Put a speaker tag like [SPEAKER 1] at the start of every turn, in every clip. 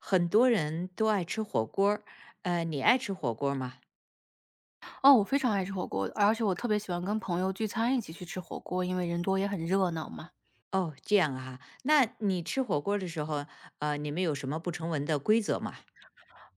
[SPEAKER 1] 很多人都爱吃火锅儿，你爱吃火锅儿吗？
[SPEAKER 2] 哦，我非常爱吃火锅，而且我特别喜欢跟朋友聚餐一起去吃火锅，因为人多也很热闹嘛。
[SPEAKER 1] 哦，这样啊，那你吃火锅儿的时候，你们有什么不成文的规则吗？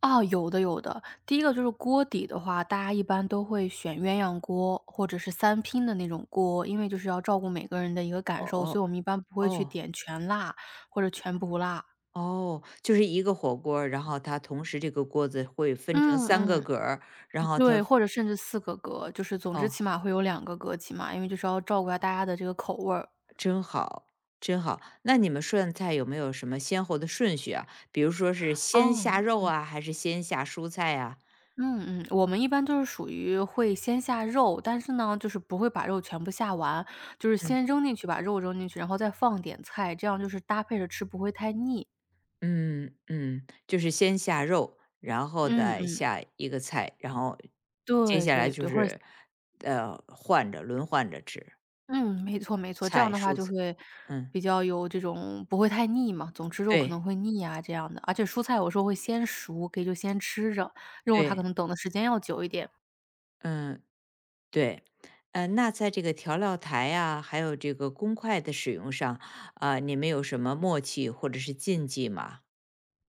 [SPEAKER 2] 啊，有的有的。第一个就是锅底的话，大家一般都会选鸳鸯锅或者是三拼的那种锅，因为就是要照顾每个人的一个
[SPEAKER 1] 哦
[SPEAKER 2] 感受，所以
[SPEAKER 1] 哦
[SPEAKER 2] 我们一般不会去
[SPEAKER 1] 哦
[SPEAKER 2] 点全辣或者全不辣。
[SPEAKER 1] 哦，就是一个火锅儿然后它同时这个锅子会分成
[SPEAKER 2] 嗯
[SPEAKER 1] 三个
[SPEAKER 2] 嗯，
[SPEAKER 1] 格儿，然后它
[SPEAKER 2] 对，或者甚至四个格，就是总之
[SPEAKER 1] 哦，
[SPEAKER 2] 起码会有两个格起码，因为就是要照顾一下大家的这个口味儿。
[SPEAKER 1] 真好真好。那你们涮菜有没有什么先后的顺序啊？比如说是先下
[SPEAKER 2] 哦。
[SPEAKER 1] 肉啊，还是先下蔬菜啊？
[SPEAKER 2] 嗯嗯，我们一般就是属于会先下肉，但是呢，就是不会把肉全部下完，就是
[SPEAKER 1] 嗯。
[SPEAKER 2] 先扔进去，把肉扔进去，然后再放点菜，这样就是搭配着吃不会太腻。
[SPEAKER 1] 嗯嗯，就是先下肉，然后
[SPEAKER 2] 嗯
[SPEAKER 1] 再
[SPEAKER 2] 嗯，
[SPEAKER 1] 下一个菜，然后接
[SPEAKER 2] 对
[SPEAKER 1] 下来
[SPEAKER 2] 对
[SPEAKER 1] 就
[SPEAKER 2] 对，或者
[SPEAKER 1] 是，换着轮换着吃，
[SPEAKER 2] 嗯，没错没错，这样
[SPEAKER 1] 菜、
[SPEAKER 2] 的话
[SPEAKER 1] 蔬
[SPEAKER 2] 就
[SPEAKER 1] 菜，
[SPEAKER 2] 会
[SPEAKER 1] 嗯，
[SPEAKER 2] 比较有这种不会太腻嘛，总吃肉可能
[SPEAKER 1] 对
[SPEAKER 2] 会腻啊这样的，而且蔬菜有时候会先熟，可以就先吃着，肉它可
[SPEAKER 1] 对，
[SPEAKER 2] 能等的时间要久一点。
[SPEAKER 1] 嗯对，那在这个调料台呀，还有这个公筷的使用上，啊，你们有什么默契或者是禁忌吗？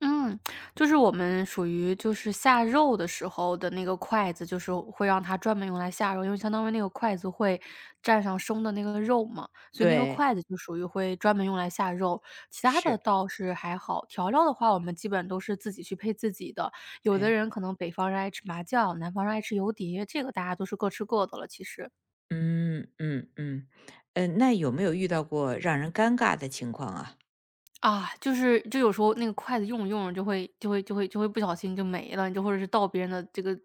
[SPEAKER 2] 嗯，就是我们属于就是下肉的时候的那个筷子，就是会让它专门用来下肉，因为相当于那个筷子会蘸上生的那个肉嘛，所以那个
[SPEAKER 1] 对，
[SPEAKER 2] 筷子就属于会专门用来下肉。其他的
[SPEAKER 1] 是，
[SPEAKER 2] 倒是还好，调料的话我们基本都是自己去配自己的。有的
[SPEAKER 1] 对，
[SPEAKER 2] 人可能北方人爱吃麻酱，南方人爱吃油碟，这个大家都是各吃各的了，其实。
[SPEAKER 1] 嗯嗯嗯，那有没有遇到过让人尴尬的情况啊？
[SPEAKER 2] 啊，就是就有时候那个筷子用着用着就会不小心就没了，就或者是到别人的这个，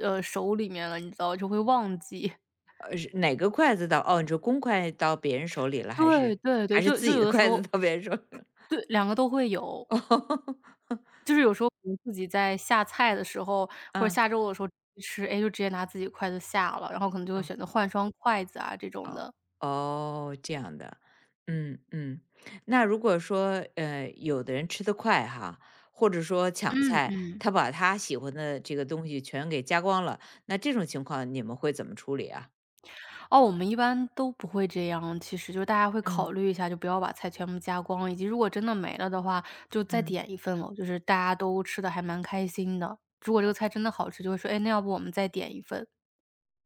[SPEAKER 2] 手里面了，你知道，就会忘记。
[SPEAKER 1] 是哪个筷子到哦，你说公筷到别人手里 了，还是
[SPEAKER 2] 对对对，
[SPEAKER 1] 还是
[SPEAKER 2] 就
[SPEAKER 1] 自
[SPEAKER 2] 就
[SPEAKER 1] 己
[SPEAKER 2] 有
[SPEAKER 1] 的
[SPEAKER 2] 的时
[SPEAKER 1] 筷
[SPEAKER 2] 候
[SPEAKER 1] 子到别人手里了？
[SPEAKER 2] 对，两个都会有。
[SPEAKER 1] 哦，
[SPEAKER 2] 就是有时候我自己在下菜的时候，或者
[SPEAKER 1] 嗯
[SPEAKER 2] 下肉的时候吃，哎，就直接拿自己筷子下了，然后可能就会
[SPEAKER 1] 嗯，
[SPEAKER 2] 选择换双筷子啊这种
[SPEAKER 1] 哦
[SPEAKER 2] 的。
[SPEAKER 1] 哦，这样的，嗯嗯。那如果说有的人吃得快哈，或者说抢
[SPEAKER 2] 嗯
[SPEAKER 1] 菜，
[SPEAKER 2] 嗯。
[SPEAKER 1] 他把他喜欢的这个东西全给加光了，那这种情况你们会怎么处理啊？
[SPEAKER 2] 哦，我们一般都不会这样，其实就是大家会
[SPEAKER 1] 嗯
[SPEAKER 2] 考虑一下，就不要把菜全部加光，以及如果真的没了的话，就再
[SPEAKER 1] 嗯。
[SPEAKER 2] 点一份咯，就是大家都吃的还蛮开心的。如果这个菜真的好吃，就会说：“哎，那要不我们再点一份。”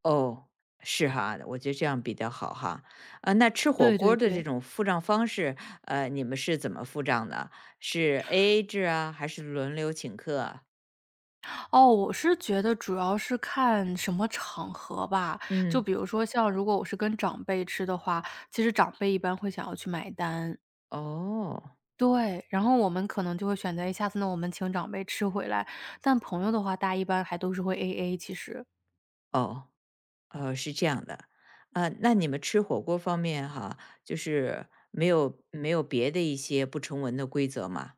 [SPEAKER 1] 哦，是哈，我觉得这样比较好哈。啊，那吃火
[SPEAKER 2] 对
[SPEAKER 1] 锅
[SPEAKER 2] 对
[SPEAKER 1] 儿的这
[SPEAKER 2] 对。
[SPEAKER 1] 种付账方式，你们是怎么付账的？是 AA 制啊，还是轮流请客啊？
[SPEAKER 2] 哦，我是觉得主要是看什么场合吧，就
[SPEAKER 1] 嗯，
[SPEAKER 2] 比如说像如果我是跟长辈吃的话，其实长辈一般会想要去买单。
[SPEAKER 1] 哦，
[SPEAKER 2] 对，然后我们可能就会选择，哎，下次呢我们请长辈吃回来，但朋友的话，大家一般还都是会 AA，其实。
[SPEAKER 1] 哦，是这样的。啊。那你们吃火锅方面哈，就是没有没有别的一些不成文的规则吗？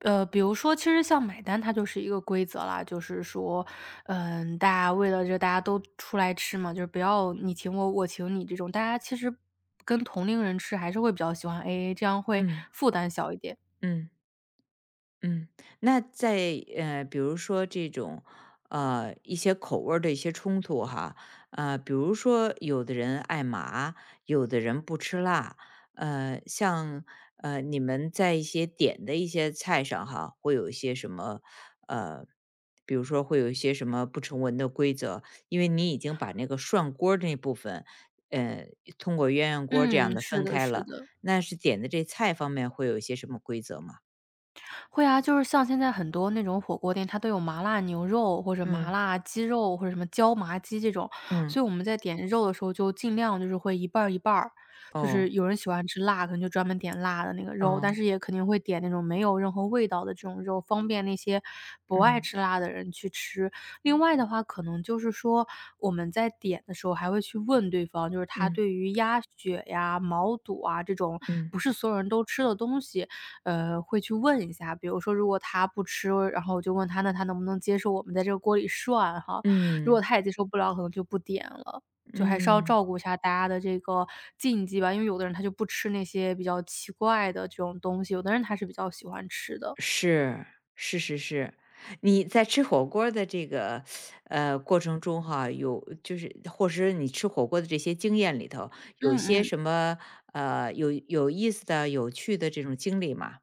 [SPEAKER 2] 比如说，其实像买单它就是一个规则啦，就是说，嗯，大家为了大家都出来吃嘛，就是不要你请我，我请你这种，大家其实跟同龄人吃还是会比较喜欢 AA，这样会
[SPEAKER 1] 嗯
[SPEAKER 2] 负担小一点。
[SPEAKER 1] 嗯。嗯，那在比如说这种一些口味儿的一些冲突哈，比如说有的人爱麻，有的人不吃辣，呃，像你们在一些点的一些菜上哈，会有一些什么呃，比如说会有一些什么不成文的规则，因为你已经把那个涮锅儿那部分，呃，通过鸳鸯锅儿这样
[SPEAKER 2] 嗯，
[SPEAKER 1] 的
[SPEAKER 2] 是
[SPEAKER 1] 分
[SPEAKER 2] 的
[SPEAKER 1] 开
[SPEAKER 2] 是
[SPEAKER 1] 了，
[SPEAKER 2] 的。
[SPEAKER 1] 那是点的这菜方面会有一些什么规则吗？
[SPEAKER 2] 会啊，就是像现在很多那种火锅店，它都有麻辣牛肉或者麻
[SPEAKER 1] 嗯
[SPEAKER 2] 辣鸡肉或者什么椒麻鸡这种，
[SPEAKER 1] 嗯。
[SPEAKER 2] 所以我们在点肉的时候就尽量就是会一半儿一半儿，就
[SPEAKER 1] 哦，
[SPEAKER 2] 是有人喜欢吃辣，可能就专门点辣的那个肉，但
[SPEAKER 1] 哦，
[SPEAKER 2] 是也肯定会点那种没有任何味道的这种肉，方便那些不爱
[SPEAKER 1] 嗯，
[SPEAKER 2] 吃辣的人去吃。另外的话，可能就是说我们在点的时候还会去问对方，就是他
[SPEAKER 1] 嗯，
[SPEAKER 2] 对于鸭血呀、毛肚啊这种
[SPEAKER 1] 嗯，
[SPEAKER 2] 不是所有人都吃的东西，会去问一下，比如说如果他不吃，然后我就问他，那他能不能接受我们在这个锅里涮哈？如果
[SPEAKER 1] 嗯，
[SPEAKER 2] 他也接受不了，可能就不点了。就还是要
[SPEAKER 1] 嗯，
[SPEAKER 2] 照顾一下大家的这个禁忌吧，因为有的人他就不吃那些比较奇怪的这种东西，有的人他是比较喜欢吃的。
[SPEAKER 1] 是，是是是。你在吃火锅儿的这个，过程中哈，有就是或者是你吃火锅的这些经验里头，有
[SPEAKER 2] 嗯
[SPEAKER 1] 些
[SPEAKER 2] 嗯。
[SPEAKER 1] 什么，有意思的、有趣的这种经历吗？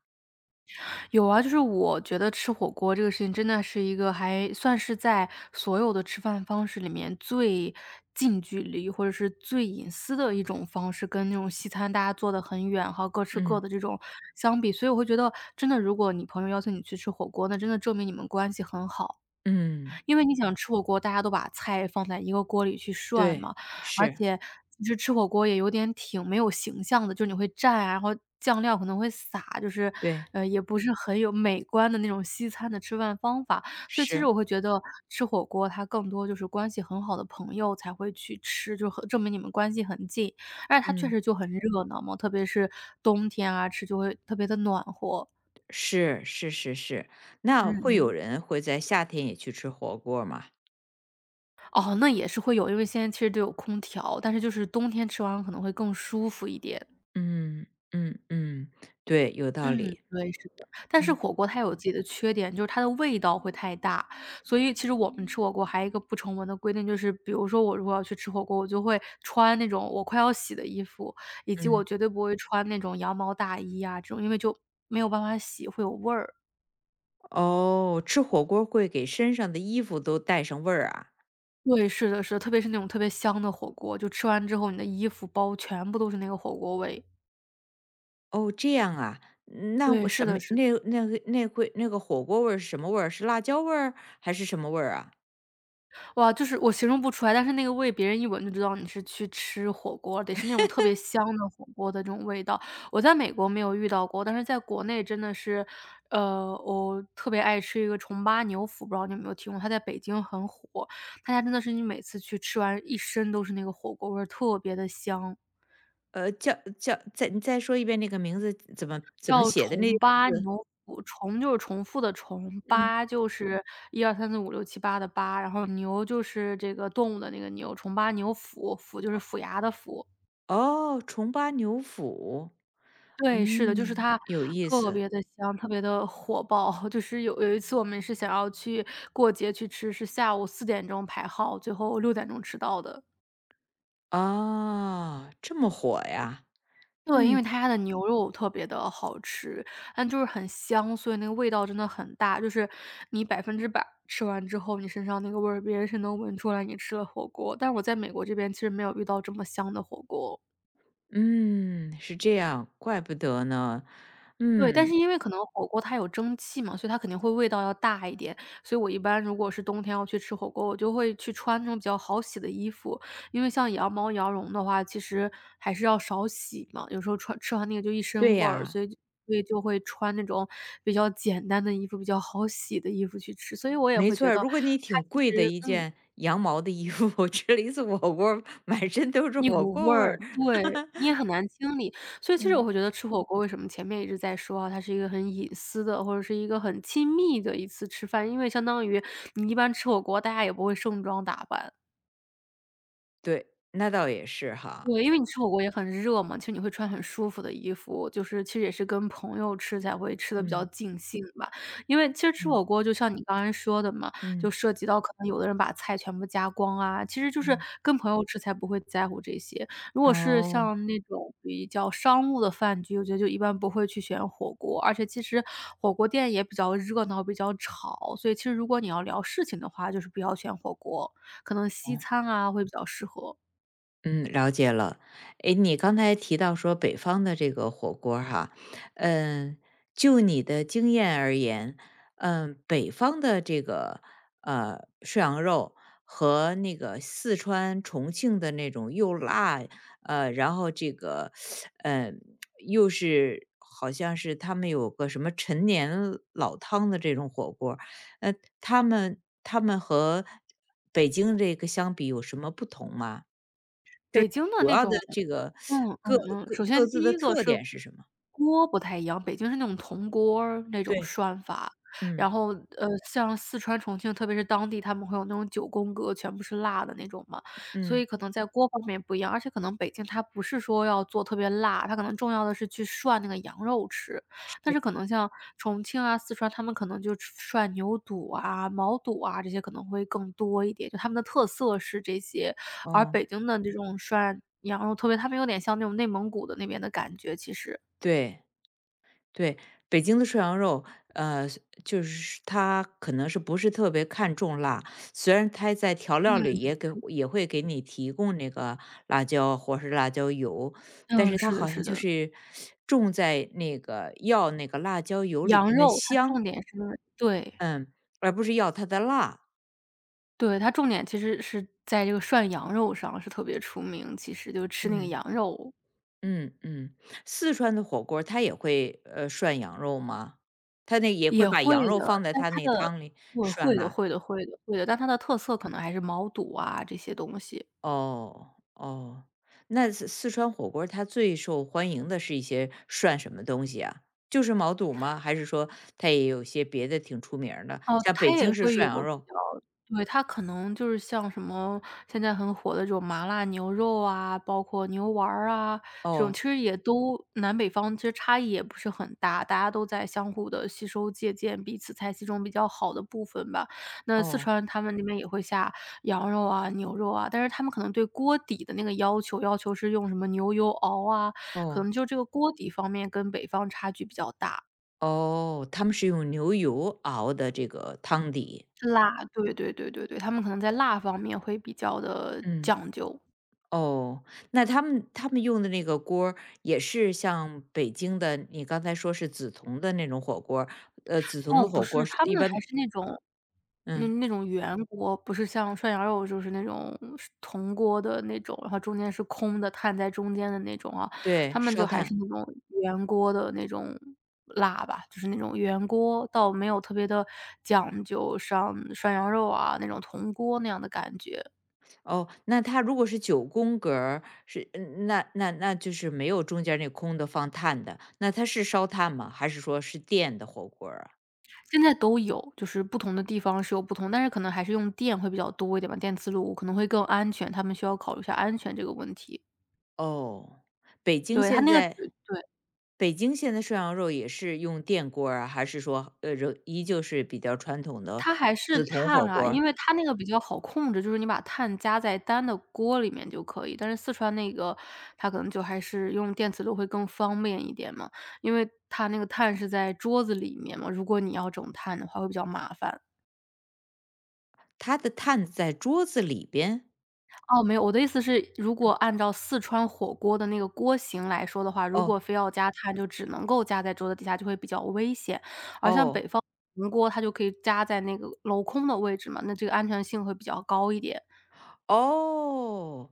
[SPEAKER 2] 有啊，就是我觉得吃火锅这个事情真的是一个还算是在所有的吃饭方式里面最近距离或者是最隐私的一种方式，跟那种西餐大家坐得很远，哈，各吃各
[SPEAKER 1] 嗯，
[SPEAKER 2] 的这种相比，所以我会觉得，真的，如果你朋友邀请你去吃火锅，那真的证明你们关系很好。
[SPEAKER 1] 嗯，
[SPEAKER 2] 因为你想吃火锅，大家都把菜放在一个锅里去涮
[SPEAKER 1] 对，
[SPEAKER 2] 嘛，而
[SPEAKER 1] 是，
[SPEAKER 2] 且其实吃火锅也有点挺没有形象的，就是你会蘸啊，然后酱料可能会撒，就是，
[SPEAKER 1] 对，
[SPEAKER 2] 也不是很有美观的那种西餐的吃饭方法。所以其实
[SPEAKER 1] 是，
[SPEAKER 2] 我会觉得吃火锅它更多就是关系很好的朋友才会去吃，就很证明你们关系很近，而且它确
[SPEAKER 1] 嗯，
[SPEAKER 2] 实就很热闹嘛，特别是冬天啊，吃就会特别的暖和。
[SPEAKER 1] 是，是是是。那
[SPEAKER 2] 嗯
[SPEAKER 1] 会有
[SPEAKER 2] 嗯。
[SPEAKER 1] 人会在夏天也去吃火锅儿吗？
[SPEAKER 2] 哦，那也是会有，因为现在其实都有空调，但是就是冬天吃完可能会更舒服一点。
[SPEAKER 1] 嗯嗯嗯，对，有道
[SPEAKER 2] 嗯，
[SPEAKER 1] 理。
[SPEAKER 2] 对，是的。但是
[SPEAKER 1] 嗯
[SPEAKER 2] 火锅它有自己的缺点，就是它的味道会太大，所以其实我们吃火锅还有一个不成文的规定，就是比如说我如果要去吃火锅，我就会穿那种我快要洗的衣服，以及我
[SPEAKER 1] 嗯。
[SPEAKER 2] 绝对不会穿那种羊毛大衣啊这种，因为就没有办法洗，会有味儿。
[SPEAKER 1] 哦，吃火锅会给身上的衣服都带上味儿啊？
[SPEAKER 2] 对，是的，是的，特别是那种特别香的火锅，就吃完之后你的衣服、包全部都是那个火锅味。
[SPEAKER 1] 哦，这样啊，嗯那
[SPEAKER 2] 对，
[SPEAKER 1] 我
[SPEAKER 2] 是
[SPEAKER 1] 什么
[SPEAKER 2] 的是的。
[SPEAKER 1] 那那个那会那个火锅味儿是什么味儿？是辣椒味儿还是什么味儿啊？
[SPEAKER 2] 哇，就是我形容不出来，但是那个味别人一闻就知道你是去吃火锅，得是那种特别香的火锅的这种味道。我在美国没有遇到过，但是在国内真的是，我特别爱吃一个重八牛府，不知道你有没有听过？它在北京很火，他家真的是你每次去吃完一身都是那个火锅味儿，特别的香。
[SPEAKER 1] 呃，叫叫再你再说一遍那个名字怎么怎么
[SPEAKER 2] 叫
[SPEAKER 1] 写的那？
[SPEAKER 2] 重八牛肚，重就是重复的重，
[SPEAKER 1] 嗯。
[SPEAKER 2] 八就是一二三四五六七八的八，然后牛就是这个动物的那个牛，重八牛肚，肚就是府衙的府。
[SPEAKER 1] 哦，重八牛府。
[SPEAKER 2] 对，是的，就是
[SPEAKER 1] 嗯，
[SPEAKER 2] 它
[SPEAKER 1] 有意
[SPEAKER 2] 特
[SPEAKER 1] 思。
[SPEAKER 2] 别的香，特别的火爆。就是有一次我们是想要去过节去吃，是下午4点钟排号，最后6点钟吃到的。
[SPEAKER 1] 啊，这么火呀？
[SPEAKER 2] 对，因为
[SPEAKER 1] 嗯。
[SPEAKER 2] 他家的牛肉特别的好吃，但就是很香，所以那个味道真的很大，就是你100%吃完之后，你身上那个味儿别人是能闻出来你吃了火锅，但是我在美国这边其实没有遇到这么香的火锅。
[SPEAKER 1] 嗯，是这样，怪不得呢。
[SPEAKER 2] 对，但是
[SPEAKER 1] 嗯，
[SPEAKER 2] 因为可能火锅它有蒸汽嘛，所以它肯定会味道要大一点。所以我一般如果是冬天要去吃火锅，我就会去穿那种比较好洗的衣服。因为像羊毛、羊绒的话，其实还是要少洗嘛，有时候穿吃完那个就一
[SPEAKER 1] 对
[SPEAKER 2] 身味儿，所
[SPEAKER 1] 呀，
[SPEAKER 2] 以就所以就会穿那种比较简单的衣服，比较好洗的衣服去吃。所以我也
[SPEAKER 1] 没
[SPEAKER 2] 会
[SPEAKER 1] 错
[SPEAKER 2] 觉
[SPEAKER 1] 儿
[SPEAKER 2] 得
[SPEAKER 1] 如果你
[SPEAKER 2] 它
[SPEAKER 1] 挺
[SPEAKER 2] 其
[SPEAKER 1] 贵的
[SPEAKER 2] 实
[SPEAKER 1] 一件羊毛的衣服，吃了一次火锅儿满身都是
[SPEAKER 2] 一
[SPEAKER 1] 火
[SPEAKER 2] 股味
[SPEAKER 1] 锅味
[SPEAKER 2] 儿，
[SPEAKER 1] 儿。
[SPEAKER 2] 对，你也很难清理。所以其实我
[SPEAKER 1] 嗯，
[SPEAKER 2] 会觉得吃火锅为什么前面一直在说啊，它是一个很隐私的，或者是一个很亲密的一次吃饭，因为相当于你一般吃火锅，大家也不会盛装打扮。
[SPEAKER 1] 对，那倒也是哈。
[SPEAKER 2] 对，因为你吃火锅也很热嘛，其实你会穿很舒服的衣服，就是其实也是跟朋友吃才会吃的比较
[SPEAKER 1] 嗯
[SPEAKER 2] 尽兴吧。因为其实吃
[SPEAKER 1] 嗯
[SPEAKER 2] 火锅就像你刚才说的嘛，就
[SPEAKER 1] 嗯
[SPEAKER 2] 涉及到可能有的人把菜全部加光啊，其实就是
[SPEAKER 1] 嗯，
[SPEAKER 2] 跟朋友吃才不会在乎这些。如果是
[SPEAKER 1] 哦
[SPEAKER 2] 像那种比较商务的饭局，我觉得就一般不会去选火锅，而且其实火锅店也比较热闹、比较吵，所以其实如果你要聊事情的话，就是不要选火锅，可能西
[SPEAKER 1] 哦。
[SPEAKER 2] 餐啊会比较适合。
[SPEAKER 1] 嗯，了解了。诶，你刚才提到说北方的这个火锅儿哈，嗯，就你的经验而言，嗯，北方的这个涮羊肉和那个四川、重庆的那种又辣，然后这个，呃，又是好像是他们有个什么陈年老汤的这种火锅儿，呃，他们和北京这个相比有什么不同吗？
[SPEAKER 2] 北京的
[SPEAKER 1] 主
[SPEAKER 2] 那
[SPEAKER 1] 要
[SPEAKER 2] 种
[SPEAKER 1] 的这个各各
[SPEAKER 2] 首
[SPEAKER 1] 各
[SPEAKER 2] 先第
[SPEAKER 1] 自的
[SPEAKER 2] 一个
[SPEAKER 1] 特
[SPEAKER 2] 是
[SPEAKER 1] 点是什么？
[SPEAKER 2] 锅不太一样，北京是那种铜锅儿那种
[SPEAKER 1] 对，
[SPEAKER 2] 涮法，
[SPEAKER 1] 嗯
[SPEAKER 2] 然后，像四川、重庆，特别是当地，他们会有那种九宫格，全部是辣的那种嘛，所
[SPEAKER 1] 嗯。
[SPEAKER 2] 以可能在锅方面不一样，而且可能北京它不是说要做特别辣，它可能重要的是去涮那个羊肉吃。但是可能像重庆啊、四川，他们可能就吃涮牛肚啊、毛肚啊这些可能会更多一点，就他们的特色是这些。而
[SPEAKER 1] 哦，
[SPEAKER 2] 北京的这种涮羊肉，特别他们有点像那种内蒙古的那边的感觉，其实。
[SPEAKER 1] 对对，北京的涮羊肉，呃，就是它可能是不是特别看重辣，虽然它在调料里
[SPEAKER 2] 嗯，
[SPEAKER 1] 也给也会给你提供那个辣椒或是辣椒油，但是
[SPEAKER 2] 嗯，
[SPEAKER 1] 它
[SPEAKER 2] 是的
[SPEAKER 1] 好像
[SPEAKER 2] 是
[SPEAKER 1] 就
[SPEAKER 2] 的。
[SPEAKER 1] 是重在那个要那个辣椒油里
[SPEAKER 2] 羊
[SPEAKER 1] 边的
[SPEAKER 2] 肉它
[SPEAKER 1] 香，
[SPEAKER 2] 重点是对，
[SPEAKER 1] 嗯，而不是要它的辣，
[SPEAKER 2] 对，它重点其实是在这个涮羊肉上是特别出名，其实就吃那个
[SPEAKER 1] 嗯。
[SPEAKER 2] 羊肉。
[SPEAKER 1] 嗯嗯，四川的火锅儿它也会，涮羊肉吗？它那也会
[SPEAKER 2] 也
[SPEAKER 1] 把
[SPEAKER 2] 会
[SPEAKER 1] 羊肉放
[SPEAKER 2] 的，
[SPEAKER 1] 在
[SPEAKER 2] 但
[SPEAKER 1] 它
[SPEAKER 2] 它
[SPEAKER 1] 那
[SPEAKER 2] 的
[SPEAKER 1] 汤里
[SPEAKER 2] 对，
[SPEAKER 1] 涮
[SPEAKER 2] 会的
[SPEAKER 1] 吧？
[SPEAKER 2] 会的会的会的，但它的特色可能还是毛肚啊这些东西。
[SPEAKER 1] 哦，哦，那四川火锅儿它最受欢迎的是一些涮什么东西啊？就是毛肚吗？还是说它也有些别的挺出名儿的，
[SPEAKER 2] 哦，
[SPEAKER 1] 像
[SPEAKER 2] 它
[SPEAKER 1] 北
[SPEAKER 2] 也
[SPEAKER 1] 京是
[SPEAKER 2] 会有
[SPEAKER 1] 涮羊
[SPEAKER 2] 比
[SPEAKER 1] 肉，
[SPEAKER 2] 较对，它可能就是像什么现在很火的这种麻辣牛肉啊，包括牛丸儿啊，这种
[SPEAKER 1] 哦，
[SPEAKER 2] 其实也都南北方其实差异也不是很大，大家都在相互的吸收借鉴彼此菜系中比较好的部分吧。那四
[SPEAKER 1] 哦，
[SPEAKER 2] 川他们那边也会下羊肉啊、牛肉啊，但是他们可能对锅底的那个要求，要求是用什么牛油熬啊，可
[SPEAKER 1] 哦，
[SPEAKER 2] 能就这个锅底方面跟北方差距比较大。
[SPEAKER 1] 哦，哦他们是用牛油熬的这个汤底，
[SPEAKER 2] 辣，对对对对对，他们可能在辣方面会比较的
[SPEAKER 1] 嗯。
[SPEAKER 2] 讲究。
[SPEAKER 1] 哦，那他们用的那个锅儿也是像北京的，你刚才说是紫铜的那种火锅儿，紫铜的
[SPEAKER 2] 哦，不
[SPEAKER 1] 火锅
[SPEAKER 2] 是，
[SPEAKER 1] 儿是
[SPEAKER 2] 他们
[SPEAKER 1] 一
[SPEAKER 2] 还
[SPEAKER 1] 般
[SPEAKER 2] 是那种那
[SPEAKER 1] 嗯，
[SPEAKER 2] 那种圆锅，不是像涮羊肉就是那种是铜锅的那种，然后中间是空的，碳在中间的那种啊，
[SPEAKER 1] 对，
[SPEAKER 2] 他们就
[SPEAKER 1] 烧
[SPEAKER 2] 还是
[SPEAKER 1] 炭。
[SPEAKER 2] 那种圆锅的那种辣吧，就是那种圆锅，倒没有特别的讲究，像涮羊肉啊，那种铜锅那样的感觉。
[SPEAKER 1] 哦，那它如果是九宫格儿是嗯那那那就是没有中间那空的放炭的，那它是烧炭吗？还是说是电的火锅儿啊？
[SPEAKER 2] 现在都有，就是不同的地方是有不同，但是可能还是用电会比较多一点吧，电磁炉可能会更安全，他们需要考虑一下安全这个问题。
[SPEAKER 1] 哦，北京
[SPEAKER 2] 对，它
[SPEAKER 1] 现
[SPEAKER 2] 那个
[SPEAKER 1] 在
[SPEAKER 2] 对，
[SPEAKER 1] 北京现在涮羊肉也是用电锅儿啊，还是说，仍依旧是比较传统的
[SPEAKER 2] 它还是
[SPEAKER 1] 紫铜
[SPEAKER 2] 碳
[SPEAKER 1] 火
[SPEAKER 2] 啊，
[SPEAKER 1] 锅儿？
[SPEAKER 2] 因为它那个比较好控制，就是你把碳加在单的锅里面就可以。但是四川那个，它可能就还是用电磁炉会更方便一点嘛，因为它那个碳是在桌子里面嘛，如果你要整碳的话会比较麻烦。
[SPEAKER 1] 它的碳在桌子里边？
[SPEAKER 2] 哦，没有，我的意思是，如果按照四川火锅的那个锅型来说的话，如果
[SPEAKER 1] 哦
[SPEAKER 2] 非要加炭，就只能够加在桌子底下，就会比较危险。而像
[SPEAKER 1] 哦
[SPEAKER 2] 北方铜锅，它就可以加在那个镂空的位置嘛，那这个安全性会比较高一点。
[SPEAKER 1] 哦，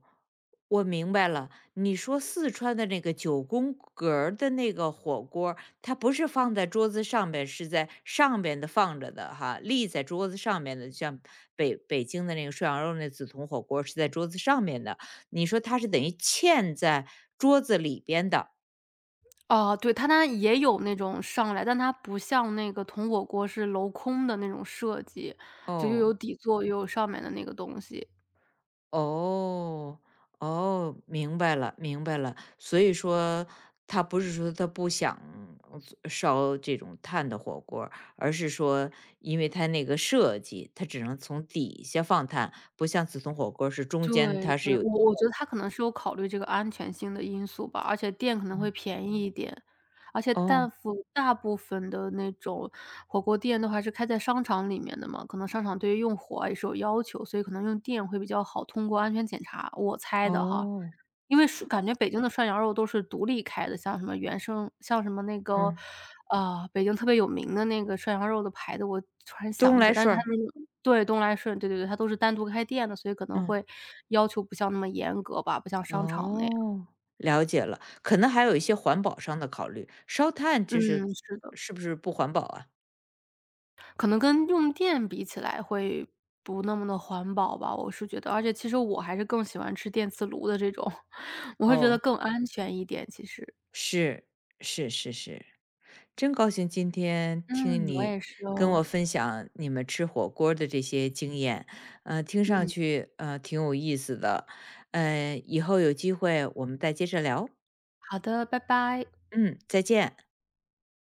[SPEAKER 1] 我明白了。你说四川的那个九宫格儿的那个火锅儿它不是放在桌子上边，是在上边的放着的哈，立在桌子上面的，像北京的那个涮羊肉那紫铜火锅儿是在桌子上面的。你说它是等于嵌在桌子里边的，
[SPEAKER 2] 哦，对，它它也有那种上来，但它不像那个铜火锅是镂空的那种设计，就又有
[SPEAKER 1] 哦。
[SPEAKER 2] 底座，又有上面的那个东西。
[SPEAKER 1] 哦，哦，明白了，明白了。所以说，他不是说他不想烧这种炭的火锅儿而是说，因为他那个设计，它只能从底下放炭，不像紫铜火锅儿是中
[SPEAKER 2] 对
[SPEAKER 1] 间它
[SPEAKER 2] 对，
[SPEAKER 1] 是有
[SPEAKER 2] 我觉得他可能是有考虑这个安全性的因素吧，而且店可能会
[SPEAKER 1] 嗯，
[SPEAKER 2] 便宜一点，而且大
[SPEAKER 1] 哦，
[SPEAKER 2] 部大部分的那种火锅店都还是开在商场里面的嘛，可能商场对于用火啊也是有要求，所以可能用电会比较好通过安全检查，我猜的哈。
[SPEAKER 1] 哦，
[SPEAKER 2] 因为是感觉北京的涮羊肉都是独立开的，像什么原生像什么那个，
[SPEAKER 1] 嗯，
[SPEAKER 2] 北京特别有名的那个涮羊肉的牌子，我突然想
[SPEAKER 1] 东
[SPEAKER 2] 不起
[SPEAKER 1] 来
[SPEAKER 2] 来，但是
[SPEAKER 1] 顺
[SPEAKER 2] 它
[SPEAKER 1] 儿
[SPEAKER 2] 那个对，东来顺，对对对，它都是单独开店的，所以可能
[SPEAKER 1] 嗯，
[SPEAKER 2] 会要求不像那么严格吧，不像商场那样。
[SPEAKER 1] 哦，了解了。可能还有一些环保上的考虑，烧炭
[SPEAKER 2] 嗯，
[SPEAKER 1] 就是
[SPEAKER 2] 是的，
[SPEAKER 1] 是不是不环保啊？
[SPEAKER 2] 可能跟用电比起来会不那么的环保吧，我是觉得，而且其实我还是更喜欢吃电磁炉的这种，我会觉得
[SPEAKER 1] 哦。
[SPEAKER 2] 更安全一点，其实。
[SPEAKER 1] 是，是是是，真高兴今天
[SPEAKER 2] 嗯，
[SPEAKER 1] 听
[SPEAKER 2] 我
[SPEAKER 1] 你
[SPEAKER 2] 也是
[SPEAKER 1] 跟
[SPEAKER 2] 哦，
[SPEAKER 1] 我分享你们吃火锅儿的这些经验，听上
[SPEAKER 2] 嗯，
[SPEAKER 1] 去挺有意思的，以后有机会我们再接着聊，
[SPEAKER 2] 好的，拜拜。
[SPEAKER 1] 嗯，再见。